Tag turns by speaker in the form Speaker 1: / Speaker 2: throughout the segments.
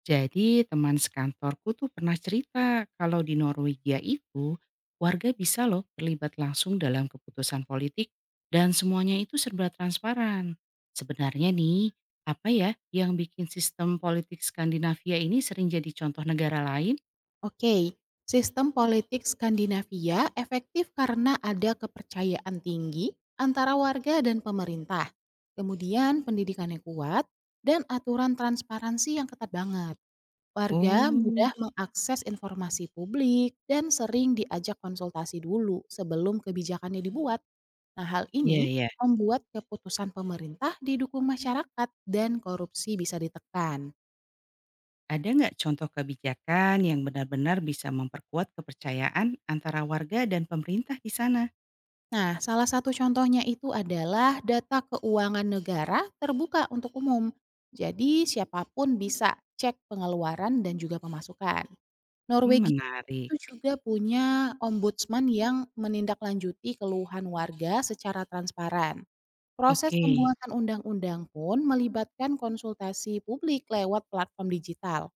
Speaker 1: Jadi teman sekantorku tuh pernah cerita kalau di Norwegia itu warga bisa loh terlibat langsung dalam keputusan politik dan semuanya itu serba transparan. Sebenarnya nih, apa ya yang bikin sistem politik Skandinavia ini sering jadi contoh negara lain?
Speaker 2: Oke, sistem politik Skandinavia efektif karena ada kepercayaan tinggi antara warga dan pemerintah. Kemudian pendidikannya kuat dan aturan transparansi yang ketat banget. Warga
Speaker 1: Oh,
Speaker 2: mudah mengakses informasi publik dan sering diajak konsultasi dulu sebelum kebijakannya dibuat. Nah, hal
Speaker 1: iya
Speaker 2: ini
Speaker 1: ya.
Speaker 2: membuat keputusan pemerintah didukung masyarakat dan korupsi bisa ditekan.
Speaker 1: Ada nggak contoh kebijakan yang benar-benar bisa memperkuat kepercayaan antara warga dan pemerintah di sana?
Speaker 2: Nah, salah satu contohnya itu adalah data keuangan negara terbuka untuk umum. Jadi siapapun bisa cek pengeluaran dan juga pemasukan.
Speaker 1: Hmm,
Speaker 2: Norwegia itu
Speaker 1: menarik.
Speaker 2: juga punya ombudsman yang menindaklanjuti keluhan warga secara transparan. Proses
Speaker 1: Oke,
Speaker 2: pembuatan undang-undang pun melibatkan konsultasi publik lewat platform digital.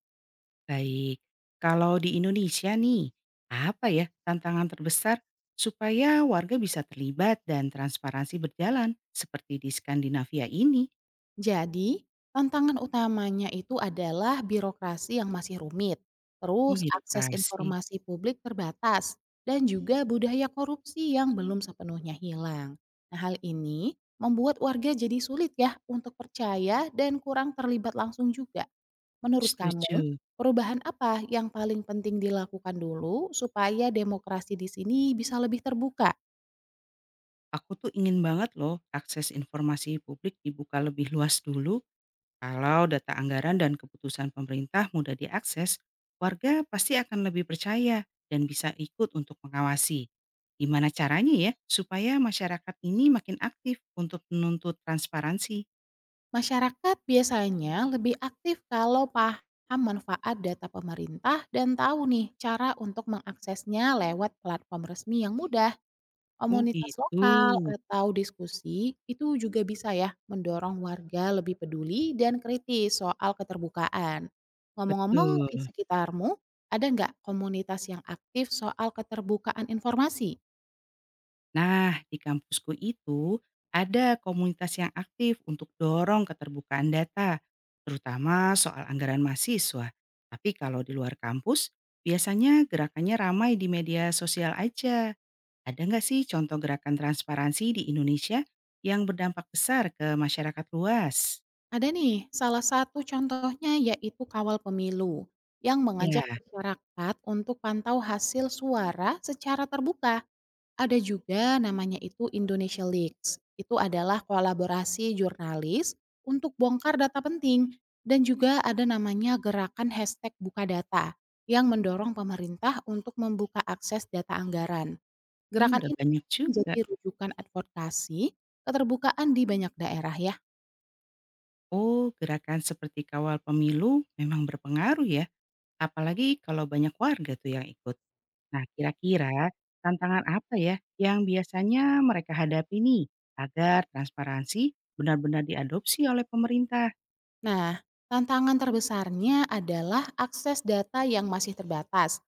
Speaker 1: baik, kalau di Indonesia nih, apa ya tantangan terbesar supaya warga bisa terlibat dan transparansi berjalan seperti di Skandinavia ini?
Speaker 2: Jadi, tantangan utamanya itu adalah birokrasi yang masih rumit,
Speaker 1: Hmm,
Speaker 2: terus akses
Speaker 1: birokrasi,
Speaker 2: informasi publik terbatas, dan juga budaya korupsi yang belum sepenuhnya hilang. Nah, hal ini membuat warga jadi sulit ya untuk percaya dan kurang terlibat langsung juga. Menurut kamu,
Speaker 1: setuju.
Speaker 2: perubahan apa yang paling penting dilakukan dulu supaya demokrasi di sini bisa lebih terbuka?
Speaker 1: Aku tuh ingin banget loh akses informasi publik dibuka lebih luas dulu. Kalau data anggaran dan keputusan pemerintah mudah diakses, warga pasti akan lebih percaya dan bisa ikut untuk mengawasi. Gimana caranya ya supaya masyarakat ini makin aktif untuk menuntut transparansi?
Speaker 2: Masyarakat biasanya lebih aktif kalau paham manfaat data pemerintah dan tahu nih cara untuk mengaksesnya lewat platform resmi yang mudah.
Speaker 1: Oh
Speaker 2: Komunitas
Speaker 1: gitu,
Speaker 2: lokal atau diskusi itu juga bisa ya mendorong warga lebih peduli dan kritis soal keterbukaan. Ngomong-ngomong
Speaker 1: betul.
Speaker 2: di sekitarmu, ada nggak komunitas yang aktif soal keterbukaan informasi?
Speaker 1: Nah, di kampusku itu ada komunitas yang aktif untuk dorong keterbukaan data, terutama soal anggaran mahasiswa. Tapi kalau di luar kampus, biasanya gerakannya ramai di media sosial aja. Ada nggak sih contoh gerakan transparansi di Indonesia yang berdampak besar ke masyarakat luas?
Speaker 2: Ada nih, salah satu contohnya yaitu Kawal Pemilu yang mengajak
Speaker 1: Ya,
Speaker 2: masyarakat untuk pantau hasil suara secara terbuka. Ada juga namanya itu Indonesia Leaks. Itu adalah kolaborasi jurnalis untuk bongkar data penting dan juga ada namanya gerakan hashtag buka data yang mendorong pemerintah untuk membuka akses data anggaran.
Speaker 1: mmm,
Speaker 2: Gerakan
Speaker 1: udah
Speaker 2: ini
Speaker 1: banyak juga.
Speaker 2: menjadi rujukan advokasi keterbukaan di banyak daerah ya.
Speaker 1: Oh, gerakan seperti Kawal Pemilu memang berpengaruh ya, apalagi kalau banyak warga tuh yang ikut. Nah, kira-kira tantangan apa ya yang biasanya mereka hadapi nih agar transparansi benar-benar diadopsi oleh pemerintah?
Speaker 2: Nah, tantangan terbesarnya adalah akses data yang masih terbatas,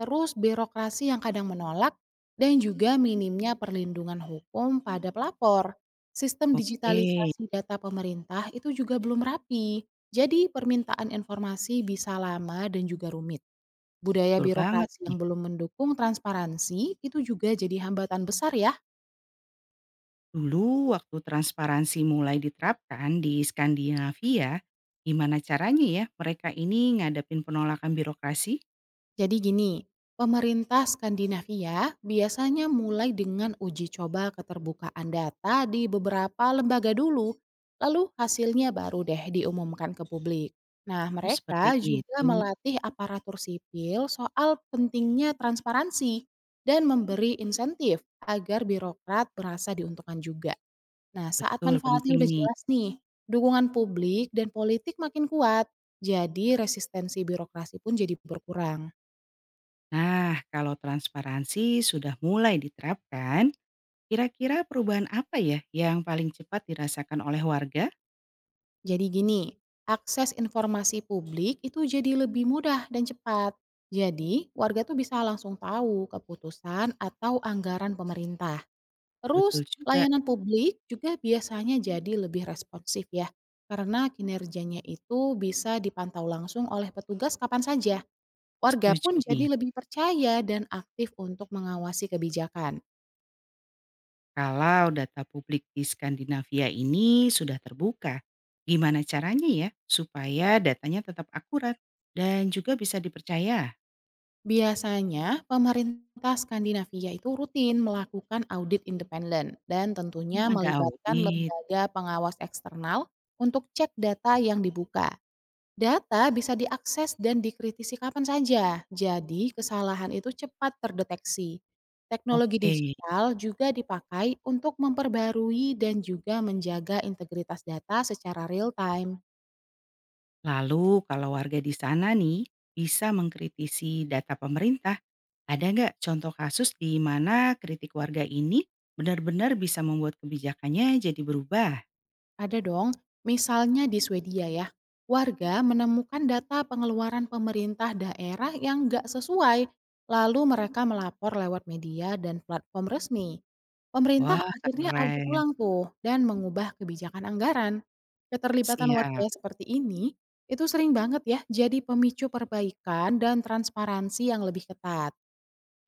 Speaker 2: terus birokrasi yang kadang menolak, dan juga minimnya perlindungan hukum pada pelapor. Sistem
Speaker 1: Oke,
Speaker 2: digitalisasi data pemerintah itu juga belum rapi, jadi permintaan informasi bisa lama dan juga rumit. Budaya
Speaker 1: betul banget
Speaker 2: birokrasi yang
Speaker 1: nih.
Speaker 2: belum mendukung transparansi itu juga jadi hambatan besar ya.
Speaker 1: Dulu waktu transparansi mulai diterapkan di Skandinavia, gimana caranya ya mereka ini ngadepin penolakan birokrasi?
Speaker 2: Jadi gini, pemerintah Skandinavia biasanya mulai dengan uji coba keterbukaan data di beberapa lembaga dulu, lalu hasilnya baru deh diumumkan ke publik. Nah,
Speaker 1: Hmm, seperti
Speaker 2: mereka juga
Speaker 1: itu,
Speaker 2: melatih aparatur sipil soal pentingnya transparansi dan memberi insentif agar birokrat merasa diuntungkan juga. Nah, saat
Speaker 1: betul
Speaker 2: manfaatnya
Speaker 1: penting
Speaker 2: udah
Speaker 1: nih.
Speaker 2: jelas nih, dukungan publik dan politik makin kuat, jadi resistensi birokrasi pun jadi berkurang.
Speaker 1: Nah, kalau transparansi sudah mulai diterapkan, kira-kira perubahan apa ya yang paling cepat dirasakan oleh warga?
Speaker 2: Jadi gini, akses informasi publik itu jadi lebih mudah dan cepat. Jadi, warga tuh bisa langsung tahu keputusan atau anggaran pemerintah. Terus,
Speaker 1: Betul juga.
Speaker 2: layanan publik juga biasanya jadi lebih responsif ya. Karena kinerjanya itu bisa dipantau langsung oleh petugas kapan saja. Warga
Speaker 1: Setuju
Speaker 2: pun
Speaker 1: nih.
Speaker 2: jadi lebih percaya dan aktif untuk mengawasi kebijakan.
Speaker 1: Kalau data publik di Skandinavia ini sudah terbuka, gimana caranya ya supaya datanya tetap akurat dan juga bisa dipercaya?
Speaker 2: Biasanya, pemerintah Skandinavia itu rutin melakukan audit independen dan
Speaker 1: Oh,
Speaker 2: tentunya
Speaker 1: ada
Speaker 2: melibatkan
Speaker 1: audit.
Speaker 2: lembaga pengawas eksternal untuk cek data yang dibuka. Data bisa diakses dan dikritisi kapan saja, jadi kesalahan itu cepat terdeteksi. Teknologi
Speaker 1: Oke.
Speaker 2: digital juga dipakai untuk memperbarui dan juga menjaga integritas data secara real time.
Speaker 1: Lalu kalau warga di sana nih bisa mengkritisi data pemerintah, ada nggak contoh kasus di mana kritik warga ini benar-benar bisa membuat kebijakannya jadi berubah?
Speaker 2: Ada dong, misalnya di Swedia ya, warga menemukan data pengeluaran pemerintah daerah yang nggak sesuai, lalu mereka melapor lewat media dan platform resmi. Pemerintah
Speaker 1: Wah,
Speaker 2: akhirnya audit
Speaker 1: keren.
Speaker 2: ulang tuh dan mengubah kebijakan anggaran. Keterlibatan warga
Speaker 1: Siap.
Speaker 2: seperti ini itu sering banget ya jadi pemicu perbaikan dan transparansi yang lebih ketat.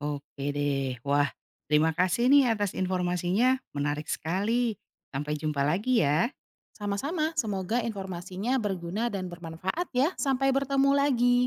Speaker 1: Oke deh. Wah, terima kasih nih atas informasinya, menarik sekali. Sampai jumpa lagi ya.
Speaker 2: Sama-sama, semoga informasinya berguna dan bermanfaat ya. Sampai bertemu lagi.